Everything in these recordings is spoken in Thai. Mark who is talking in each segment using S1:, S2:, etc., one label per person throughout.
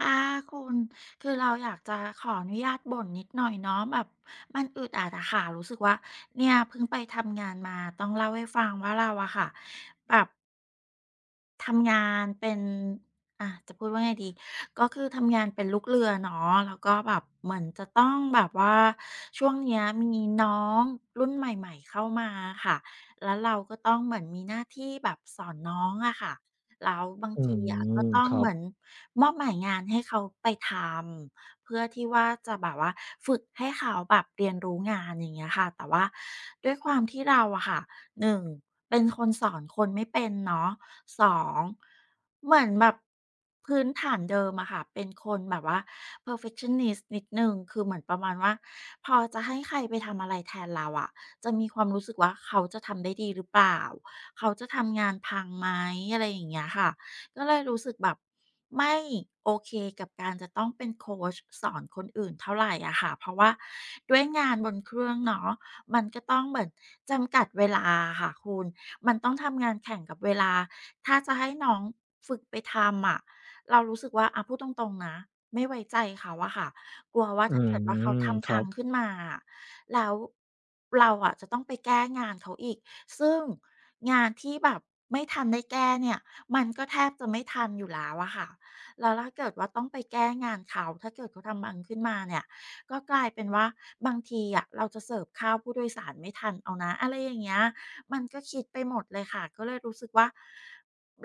S1: ค่าคุณคือเราอยากจะขออนุญาตบ่นนิดหน่อยเนาะแบบมันอึดอัดอะค่ะรู้สึกว่าเนี่ยเพิ่งไปทำงานมาต้องเล่าให้ฟังว่าเราอะค่ะแบบ ทำงานเป็นอ่ะจะพูดว่าไงดีก็คือทำงานเป็นลูกเรือเนาะแล้วก็แบบเหมือนจะต้องแบบว่าช่วงเนี้ยมีน้องรุ่นใหม่ๆเข้ามาค่ะแล้วเราก็ต้องเหมือนมีหน้าที่แบบสอนน้องอะค่ะแล้วบาง
S2: อื
S1: ทีอะ
S2: ม
S1: ก็ต้อ
S2: ค
S1: ง
S2: รั
S1: เห
S2: บ
S1: มือนมอบหมายงานให้เขาไปทำเพื่อที่ว่าจะแบบว่าฝึกให้เขาแบบเรียนรู้งานอย่างเงี้ยค่ะแต่ว่าด้วยความที่เราอะค่ะ 1เป็นคนสอนคนไม่เป็นเนาะ2เหมือนแบบพื้นฐานเดิมอะค่ะเป็นคนแบบว่า perfectionist นิดนึงคือเหมือนประมาณว่าพอจะให้ใครไปทำอะไรแทนเราอะจะมีความรู้สึกว่าเขาจะทำได้ดีหรือเปล่าเขาจะทำงานพังไหมอะไรอย่างเงี้ยค่ะก็เลยรู้สึกแบบไม่โอเคกับการจะต้องเป็นโคชสอนคนอื่นเท่าไหร่อะค่ะเพราะว่าด้วยงานบนเครื่องเนาะ มันก็ต้องเหมือนจำกัดเวลาค่ะคุณ มันต้องทำงานแข่งกับเวลา ถ้าจะให้น้องฝึกไปทำอะเรารู้สึกว่าอะพูดตรงๆนะไม่ไว้ใจเขาอะค่ะกลัวว่า
S2: อื
S1: ถ้าเกิดว่าเขา
S2: มค
S1: ทำ
S2: รั
S1: พั
S2: บ
S1: งขึ้นมาอะแล้วเราอะจะต้องไปแก้งานเขาอีก ซึ่งงานที่แบบไม่ทันได้แก้เนี่ย มันก็แทบจะไม่ทันอยู่แล้วอะค่ะแล้วถ้าเกิดว่าต้องไปแก้งานเขา ถ้าเกิดเขาทำพังขึ้นมาเนี่ย ก็กลายเป็นว่าบางทีอะเราจะเสิร์ฟข้าวผู้โดยสารไม่ทันเอานะอะไรอย่างเงี้ยมันก็คิดไปหมดเลยค่ะก็เลยรู้สึกว่า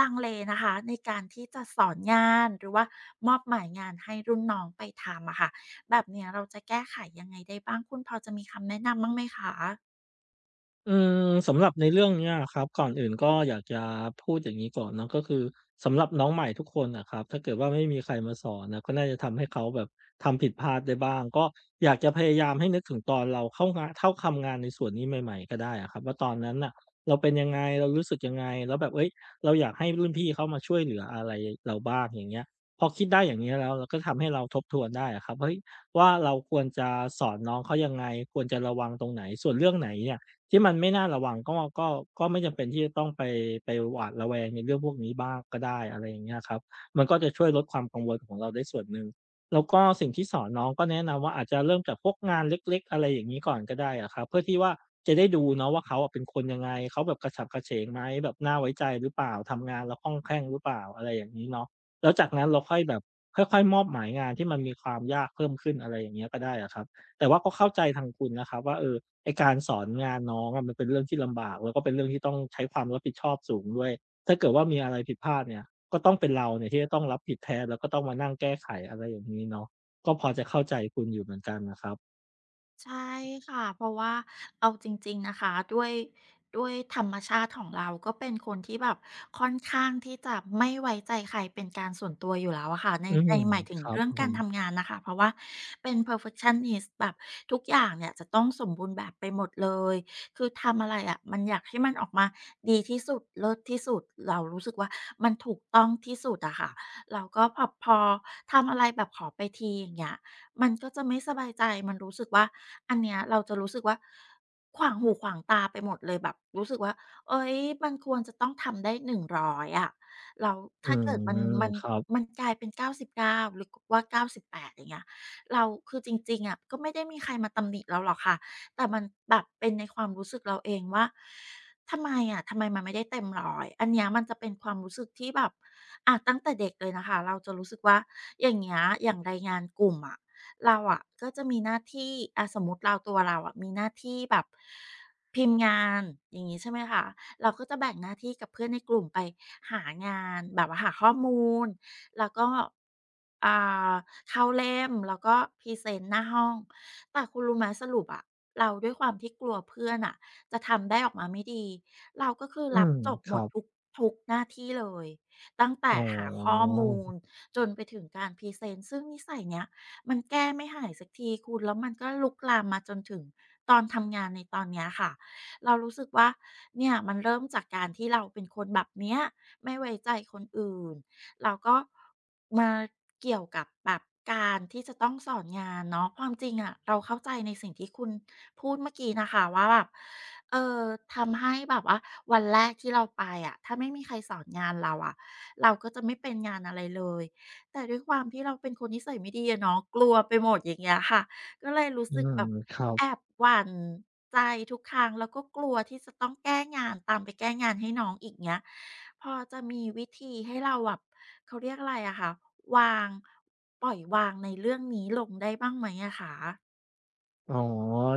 S1: ลังเลนะคะในการที่จะสอนงานหรือว่ามอบหมายงานให้รุ่นน้องไปทำอะค่ะแบบเนี้ยเราจะแก้ไขยังไงได้บ้างคุณพอจะมีคำแนะนำบ้างไหมคะ
S2: อืสำหรับในเรื่องเนี้ยครับก่อนอื่นก็อยากจะพูดอย่างนี้ก่อนเนาะก็คือสำหรับน้องใหม่ทุกคนน่ะครับถ้าเกิดว่าไม่มีใครมาสอนนะก็น่าจะทำให้เขาแบบทำผิดพลาดได้บ้างก็อยากจะพยายามให้นึกถึงตอนเราเข้างานเข้าทำงานในส่วนนี้ใหม่ๆก็ได้อะครับว่าตอนนั้นน่ะเราเป็นยังไงเรารู้สึกยังไงแล้วแบบเฮ้ยเราอยากให้รุ่นพี่เขามาช่วยเหลืออะไรเราบ้างอย่างเงี้ยพอคิดได้อย่างเงี้ยแล้วเราก็ทำให้เราทบทวนได้อะครับเฮ้ยว่าเราควรจะสอนน้องเขายังไงควรจะระวังตรงไหนส่วนเรื่องไหนเนี่ย ที่มันไม่น่าระวังก็ก็ไม่จำเป็นที่จะต้องไปหวาดระแวงในเรื่องพวกนี้บ้างก็ได้อะไรอย่างเงี้ยครับมันก็จะช่วยลดความกังวลของเราได้ส่วนหนึ่งแล้วก็สิ่งที่สอนน้องก็แนะนำว่าอาจจะเริ่มจากพวกงานเล็กๆอะไรอย่างงี้ก่อนก็ได้อะครับเพื่อที่ว่าจะได้ดูเนาะว่าเขาอะเป็นคนยังไงเขาแบบกระฉับกระเฉงไหมแบบน่าไว้ใจหรือเปล่าทำงานแล้วคล่องแคล่งหรือเปล่าอะไรอย่างงี้เนาะแล้วจากนั้นเราค่อยแบบค่อยๆมอบหมายงานที่มันมีความยากเพิ่มขึ้นอะไรอย่างเงี้ยก็ได้อะครับแต่ว่าก็เข้าใจทางคุณนะครับว่าเออ ไอ้การสอนงานน้องอะมันเป็นเรื่องที่ลำบากแล้วก็เป็นเรื่องที่ต้องใช้ความรับผิดชอบสูงด้วยถ้าเกิดว่ามีอะไรผิดพลาดเนี่ยก็ต้องเป็นเราเนี่ยที่จะต้องรับผิดแทนแล้วก็ต้องมานั่งแก้ไขอะไรอย่างงี้เนาะก็พอจะเข้าใจคุณอยู่เหมือนกันนะครับ
S1: ใช่ค่ะเพราะว่าเอาจริงๆนะคะด้วยธรรมชาติของเราก็เป็นคนที่แบบค่อนข้างที่จะไม่ไว้ใจใครเป็นการส่วนตัวอยู่แล้วอะค่ะใน
S2: อืม
S1: ในหมายถึ
S2: ค
S1: ง
S2: รับ
S1: เรื่อง
S2: ผ
S1: การ
S2: ม
S1: ทำงานนะคะเพราะว่าเป็น perfectionist แบบทุกอย่างเนี่ยจะต้องสมบูรณ์แบบไปหมดเลยคือทำอะไรอะมันอยากให้มันออกมาดีที่สุดเลิศที่สุดเรารู้สึกว่ามันถูกต้องที่สุดอะค่ะเราก็พอทำอะไรแบบขอไปทีอย่างเงี้ย มันก็จะไม่สบายใจ มันรู้สึกว่าอันเนี้ยเราจะรู้สึกว่าขวางหูขวางตาไปหมดเลยแบบรู้สึกว่าเฮ้ยมันควรจะต้องทำได้100อะแล้ว
S2: อื
S1: ถ้าเกิดมัน
S2: ม
S1: มัน
S2: ครับ
S1: มันกลายเป็น99หรือกว่า98อย่างเงี้ยเราคือจริงๆอะก็ไม่ได้มีใครมาตำหนิเราหรอกค่ะแต่มันแบบเป็นในความรู้สึกเราเองว่าทำไมอะทำไมมันไม่ได้เต็มร้อยอันเนี้ยมันจะเป็นความรู้สึกที่แบบอะตั้งแต่เด็กเลยนะคะเราจะรู้สึกว่าอย่างเงี้ยอย่างรายงานกลุ่มอะ เราอะก็จะมีหน้าที่อาสมมุติเราตัวเราอะมีหน้าที่แบบพิมพ์งานอย่างงี้ใช่ไหมคะเราก็จะแบ่งหน้าที่กับเพื่อนในกลุ่มไปหางานแบบว่าหาข้อมูลแล้วก็อ่าเข้าเล่มแล้วก็พรีเซนต์หน้าห้องแต่คุณรู้ไหมสรุปอะเราด้วยความที่กลัวเพื่อนน่ะจะทำได้ออกมาไม่ดีเราก็คือ
S2: อื
S1: รับ
S2: ม
S1: จบ
S2: ค
S1: หม
S2: รั
S1: ดทุ
S2: บ
S1: กทุกหน้าที่เลยตั้ง
S2: อ๋
S1: แต่
S2: อ
S1: หาข้อมูลจนไปถึงการพรีเซนต์ซึ่งนิสัยเนี้ย มันแก้ไม่หายสักทีคุณแล้วมันก็ลุกลามมาจนถึงตอนทำงานในตอนเนี้ยค่ะเรารู้สึกว่าเนี่ยมันเริ่มจากการที่เราเป็นคนแบบเนี้ยไม่ไว้ใจคนอื่นแล้วก็มาเกี่ยวกับแบบการที่จะต้องสอนงานเนาะความจริงอะเราเข้าใจในสิ่งที่คุณพูดเมื่อกี้นะคะว่าแบบเอ่อทำให้แบบว่าวันแรกที่เราไปอะถ้าไม่มีใครสอนงานเราอะเราก็จะไม่เป็นงานอะไรเลย แต่ด้วยความที่เราเป็นคนนิสัยไม่ดีอะเนาะกลัวไปหมดอย่างเงี้ยค่ะก็เลยรู้
S2: อื
S1: สึก
S2: ม
S1: แบบ
S2: ครับ
S1: แอบหวั่นใจทุกครั้งแล้วก็กลัวที่จะต้องแก้งานตามไปแก้งานให้น้องอีกเงี้ยพอจะมีวิธีให้เราแบบเขาเรียกอะไรอะค่ะวางปล่อยวางในเรื่องนี้ลงได้บ้างไหมอะคะ
S2: อ๋อ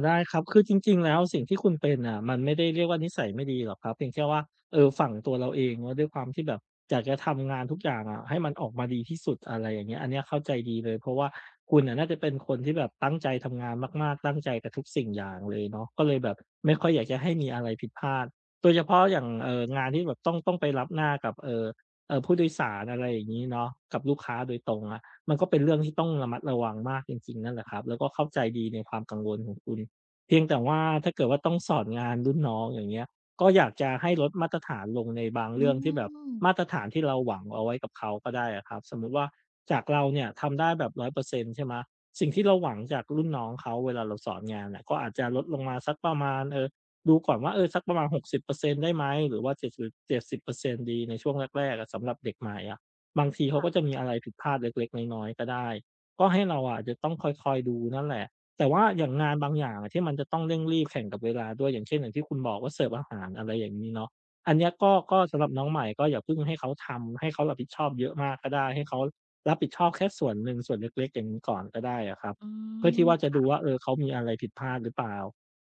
S2: ได้ครับคือจริงๆแล้วสิ่งที่คุณเป็นน่ะมันไม่ได้เรียกว่านิสัยไม่ดีหรอกครับเพียงแค่ว่าเออฝั่งตัวเราเองว่าด้วยความที่แบบอยากจะทำงานทุกอย่างอะให้มันออกมาดีที่สุดอะไรอย่างเงี้ยอันเนี้ยเข้าใจดีเลยเพราะว่าคุณน่ะน่าจะเป็นคนที่แบบตั้งใจทำงานมากๆตั้งใจกับทุกสิ่งอย่างเลยเนาะก็เลยแบบไม่ค่อยอยากจะให้มีอะไรผิดพลาดโดยเฉพาะอย่างงานที่แบบต้องไปรับหน้ากับผู้โดยสารอะไรอย่างงี้เนาะกับลูกค้าโดยตรงอะ มันก็เป็นเรื่องที่ต้องระมัดระวังมากจริงๆนั่นแหละครับแล้วก็เข้าใจดีในความกังวลของคุณเพียงแต่ว่าถ้าเกิดว่าต้องสอนงานรุ่นน้องอย่างเงี้ยก็อยากจะให้ลดมาตรฐานลงในบาง
S1: อื
S2: เรื่องที่แบบ
S1: ม
S2: มาตรฐานที่เราหวังเอาไว้กับเขาก็ได้อะครับสมมุติว่าจากเราเนี่ยทำได้แบบ100%ใช่ไหมสิ่งที่เราหวังจากรุ่นน้องเขาเวลาเราสอนงานน่ะก็อาจจะลดลงมาสักประมาณดูก่อนว่าเออสักประมาณ60%ได้ไหมหรือว่า 70%ดสิบเจ็ดสิบเปอร์เซ็นต์ดีในช่วงแรกๆอะสำหรับเด็กใหม่อะ บางทีเขาก็จะมีอะไรผิดพลาดเล็กๆน้อยๆก็ได้ ก็ให้เราอะจะต้องคอยๆดูนั่นแหละ แต่ว่าอย่างงานบางอย่างอะที่มันจะต้องเร่งรีบแข่งกับเวลาด้วยอย่างเช่นอย่างที่คุณบอกว่าเสิร์ฟอาหารอะไรอย่างงี้เนาะอันเนี้ยก็ก็สำหรับน้องใหม่ก็อย่าเพิ่งให้เขาทำให้เขารับผิดชอบเยอะมากก็ได้ให้เขารับผิดชอบแค่ส่วนหนึ่งส่วนเล็กๆอย่างงี้ก่อนก็ได้อะครับ
S1: อื
S2: เพื่อที่ว่าจะ
S1: ม
S2: ดูว่าเออเขามีอะไรผิดพลาดหรือเปล่า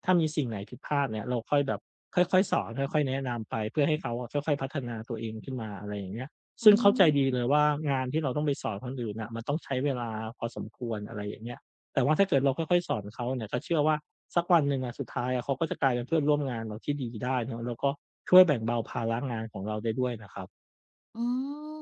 S2: ถ้ามีสิ่งไหนผิดพลาดเนี่ยเราค่อยแบบค่อยๆสอนค่อยๆแนะนำไปเพื่อให้เขาอะค่อยๆพัฒนาตัวเองขึ้นมาอะไรอย่างเงี้ย
S1: อื
S2: ซึ่งเข้าใจดีเล
S1: ม
S2: ยว่างานที่เราต้องไปสอนคนอื่นน่ะมันต้องใช้เวลาพอสมควรอะไรอย่างเงี้ยแต่ว่าถ้าเกิดเราค่อยๆสอนเขาเนี่ยก็เชื่อว่าสักวันหนึ่งอะสุดท้ายอะเขาก็จะกลายเป็นเพื่อนร่วมงานเราที่ดีได้เนาะแล้วก็ช่วยแบ่งเบาภาระงานของเราได้ด้วยนะครับ
S1: อืม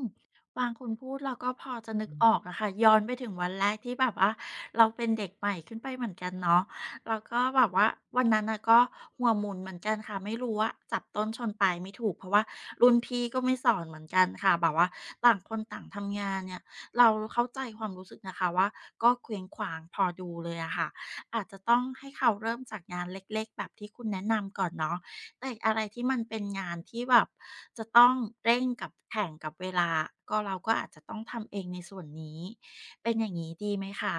S1: ฟังคุณพูดเราก็พอจะนึกออกอะค่ะย้อนไปถึงวันแรกที่แบบว่าเราเป็นเด็กใหม่ขึ้นไปเหมือนกันเนาะแล้วก็แบบว่าวันนั้นน่ะก็หัวหมุนเหมือนกันค่ะไม่รู้ว่าจับต้นชนปลายไม่ถูกเพราะว่ารุ่นพี่ก็ไม่สอนเหมือนกันค่ะแบบว่าต่างคนต่างทำงานเนี่ยเราเข้าใจความรู้สึกนะคะว่าก็เคว้งขวางพอดูเลยอะค่ะอาจจะต้องให้เขาเริ่มจากงานเล็กๆแบบที่คุณแนะนำก่อนเนาะ แต่อะไรที่มันเป็นงานที่แบบจะต้องเร่งกับแข่งกับเวลาก็เราก็อาจจะต้องทำเองในส่วนนี้เป็นอย่างนี้ดีไหมคะ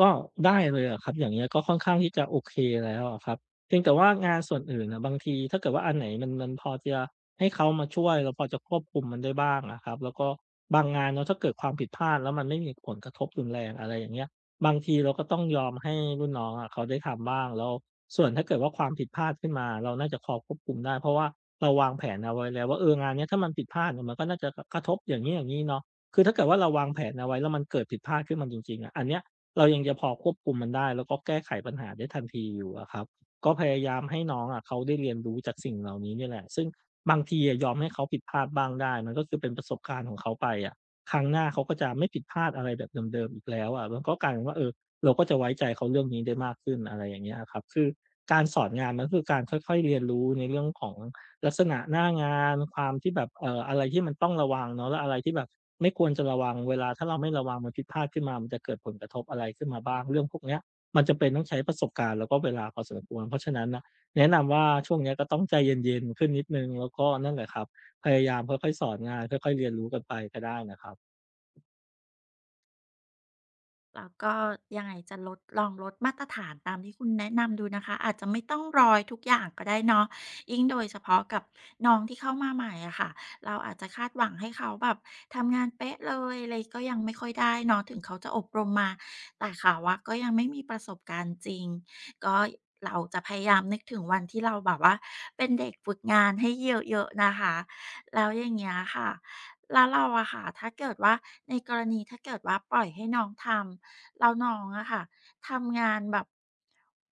S2: ก็ได้เลยอะครับอย่างเงี้ยก็ค่อนข้างที่จะโอเคแล้วอะครับเพียงแต่ว่างานส่วนอื่นน่ะบางทีถ้าเกิดว่าอันไหนมันพอจะให้เขามาช่วยเราพอจะควบคุมมันได้บ้างอะครับแล้วก็บางงานเนาะถ้าเกิดความผิดพลาดแล้วมันไม่มีผลกระทบรุนแรงอะไรอย่างเงี้ยบางทีเราก็ต้องยอมให้รุ่นน้องอะเขาได้ทำบ้างแล้วส่วนถ้าเกิดว่าความผิดพลาดขึ้นมาเราน่าจะพอควบคุมได้เพราะว่าเราวางแผนเอาไว้แล้วว่าเอองานเนี้ยถ้ามันผิดพลาดเนี่ยมันก็น่าจะกกระทบอย่างงี้ๆเนาะคือถ้าเกิดว่าเราวางแผนเอาไว้แล้วมันเกิดผิดพลาดขึ้นมาจริงๆอะอันเนี้ย เรายังจะพอควบคุมมันได้แล้วก็แก้ไขปัญหาได้ทันทีอยู่อะครับก็พยายามให้น้องอะเขาได้เรียนรู้จากสิ่งเหล่านี้เนี่ยแหละซึ่งบางทีอะยอมให้เขาผิดพลาดบ้างได้มันก็คือเป็นประสบการณ์ของเขาไปอะครั้งหน้าเขาก็จะไม่ผิดพลาดอะไรแบบเดิมๆอีกแล้วอะมันก็กลายเป็นว่าเออเราก็จะไว้ใจเขาเรื่องนี้ได้มากขึ้นอะไรอย่างเงี้ยอะครับคือการสอนงานมันก็คือการค่อยๆเรียนรู้ในเรื่องของ ลักษณะหน้างานความที่แบบอะไรที่มันต้องระวังเนาะแล้วอะไรที่แบบไม่ควรจะระวังเวลาถ้าเราไม่ระวังมันผิดพลาดขึ้นมามันจะเกิดผลกระทบอะไรขึ้นมาบ้างเรื่องพวกเนี้ยมันจำเป็นต้องใช้ประสบการณ์แล้วก็เวลาพอสมควรเพราะฉะนั้นน่ะแนะนำว่าช่วงเนี้ยก็ต้องใจเย็นๆขึ้นนิดหนึ่งแล้วก็นั่นแหละครับพยายามค่อยๆสอนงานค่อยๆเรียนรู้กันไปก็ได้นะครับ
S1: แล้วก็ยังไงจะลดลองลดมาตรฐานตามที่คุณแนะนำดูนะคะอาจจะไม่ต้องรอยทุกอย่างก็ได้เนาะยิ่งโดยเฉพาะกับน้องที่เข้ามาใหม่อะค่ะเราอาจจะคาดหวังให้เขาแบบทำงานเป๊ะเลยอะไรก็ยังไม่ค่อยได้เนาะถึงเขาจะอบรมมาแต่เขาว่าก็ยังไม่มีประสบการณ์จริงก็เราจะพยายามนึกถึงวันที่เราแบบว่าเป็นเด็กฝึกงานให้เยอะๆนะคะแล้วอย่างเงี้ยค่ะแล้วเราอะค่ะถ้าเกิดว่าในกรณีถ้าเกิดว่าปล่อยให้น้องทำ แล้วน้องอะค่ะ ทำงานแบบ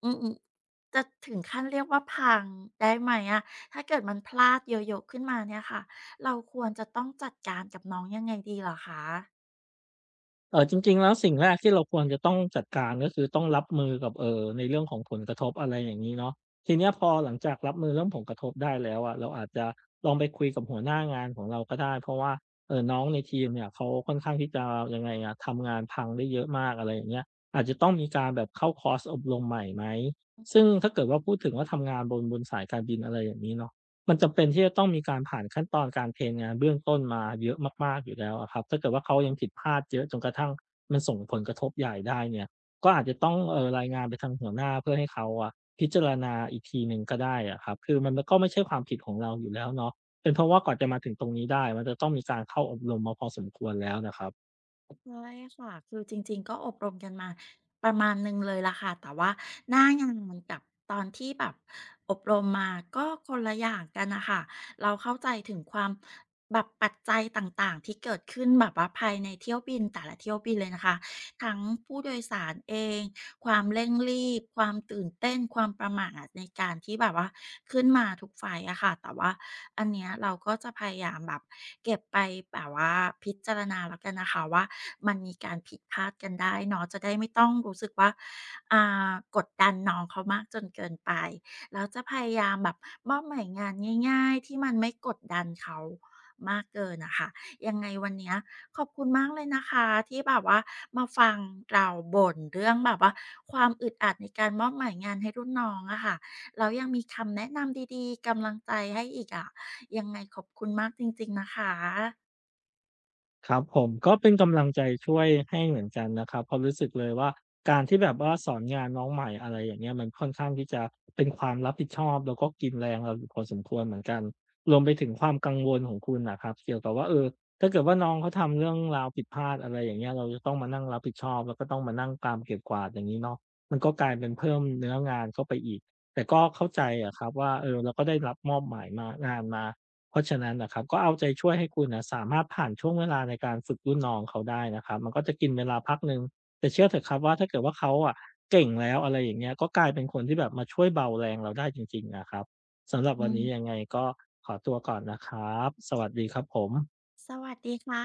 S1: อืมๆจะถึงขั้นเรียกว่าพังได้ไหมอะถ้าเกิดมันพลาดเยอะๆขึ้นมาเนี่ยค่ะ เราควรจะต้องจัดการกับน้องยังไงดีเหรอคะ
S2: เออจริงๆแล้วสิ่งแรกที่เราควรจะต้องจัดการก็คือต้องรับมือกับในเรื่องของผลกระทบอะไรอย่างนี้เนาะทีเนี้ยพอหลังจากรับมือเรื่องผลกระทบได้แล้วอะเราอาจจะลองไปคุยกับหัวหน้างานของเราก็ได้เพราะว่าเออน้องในทีมเนี่ยเขาค่อนข้างที่จะยังไงอะทำงานพังได้เยอะมากอะไรอย่างเงี้ยอาจจะต้องมีการแบบเข้าคอร์สอบรมใหม่ไหมซึ่งถ้าเกิดว่าพูดถึงว่าทำงานบนสายการบินอะไรอย่างนี้เนาะ มันจำเป็นที่จะต้องมีการผ่านขั้นตอนการเทรนงานเบื้องต้นมาเยอะมากๆอยู่แล้วอะครับถ้าเกิดว่าเขายังผิดพลาดเยอะจนกระทั่งมันส่งผลกระทบใหญ่ได้เนี่ยก็อาจจะต้องรายงานไปทางหัวหน้าเพื่อให้เขาอะพิจารณาอีกทีหนึ่งก็ได้อะครับคือมันก็ไม่ใช่ความผิดของเราอยู่แล้วเนาะเป็นเพราะว่ากว่าจะมาถึงตรงนี้ได้มันจะต้องมีการเข้าอบรมมาพอสมควรแล้วนะครับ
S1: ใช่ค่ะคือจริงๆก็อบรมกันมาประมาณหนึ่งเลยล่ะค่ะแต่ว่าหน้างานกับตอนที่แบบอบรมมาก็คนละอย่างกันนะคะเราเข้าใจถึงความแบบปัจจัยต่างๆที่เกิดขึ้นแบบว่าภายในเที่ยวบินแต่ละเที่ยวบินเลยนะคะทั้งผู้โดยสารเอง ความเร่งรีบความตื่นเต้นความประหม่าในการที่แบบว่าขึ้นมาทุกไฟล์อะค่ะแต่ว่าอันเนี้ยเราก็จะพยายามแบบเก็บไปแบบว่าพิจารณาแล้วกันนะคะว่ามันมีการผิดพลาดกันได้เนาะจะได้ไม่ต้องรู้สึกว่าอ่ากดดันน้องเขามากจนเกินไปแล้วจะพยายามแบบมอบหมายงานง่ายๆที่มันไม่กดดันเขามากเกินน่ะค่ะยังไงวันเนี้ย ขอบคุณมากเลยนะคะที่แบบว่ามาฟังเราบ่นเรื่องแบบว่าความอึดอัดในการมอบหมายงานให้รุ่นน้องอะค่ะแล้วยังมีคำแนะนำดีๆกำลังใจให้อีกอะยังไงขอบคุณมากจริงๆนะคะ
S2: ครับผมก็เป็นกำลังใจช่วยให้เหมือนกันนะครับเพราะรู้สึกเลยว่าการที่แบบว่าสอนงานน้องใหม่อะไรอย่างเงี้ยมันค่อนข้างที่จะเป็นความรับผิดชอบแล้วก็กินแรงเราอยู่พอสมควรเหมือนกันรวมไปถึงความกังวลของคุณนะครับเกี่ยวกับว่าเออถ้าเกิดว่าน้องเขาทำเรื่องราวผิดพลาดอะไรอย่างเงี้ยเราจะต้องมานั่งรับผิดชอบแล้วก็ต้องมานั่งตามเก็บกวาดอย่างนี้เนาะมันก็กลายเป็นเพิ่มเนื้องานเข้าไปอีกแต่ก็เข้าใจอะครับว่าเออเราก็ได้รับมอบหมายมางานมา เพราะฉะนั้นนะครับก็เอาใจช่วยให้คุณนะสามารถผ่านช่วงเวลาในการฝึกรุ่นน้องเขาได้นะครับมันก็จะกินเวลาพักหนึ่งแต่เชื่อเถอะครับว่าถ้าเกิดว่าเขาอะเก่งแล้วอะไรอย่างเงี้ยก็กลายเป็นคนที่แบบมาช่วยเบาแรงเราได้จริงๆนะครับสำหรับ
S1: อื
S2: วันนี้ยั
S1: ม
S2: งไงก็ขอตัวก่อนนะครับสวัสดีครับผม
S1: สวัสดีค่ะ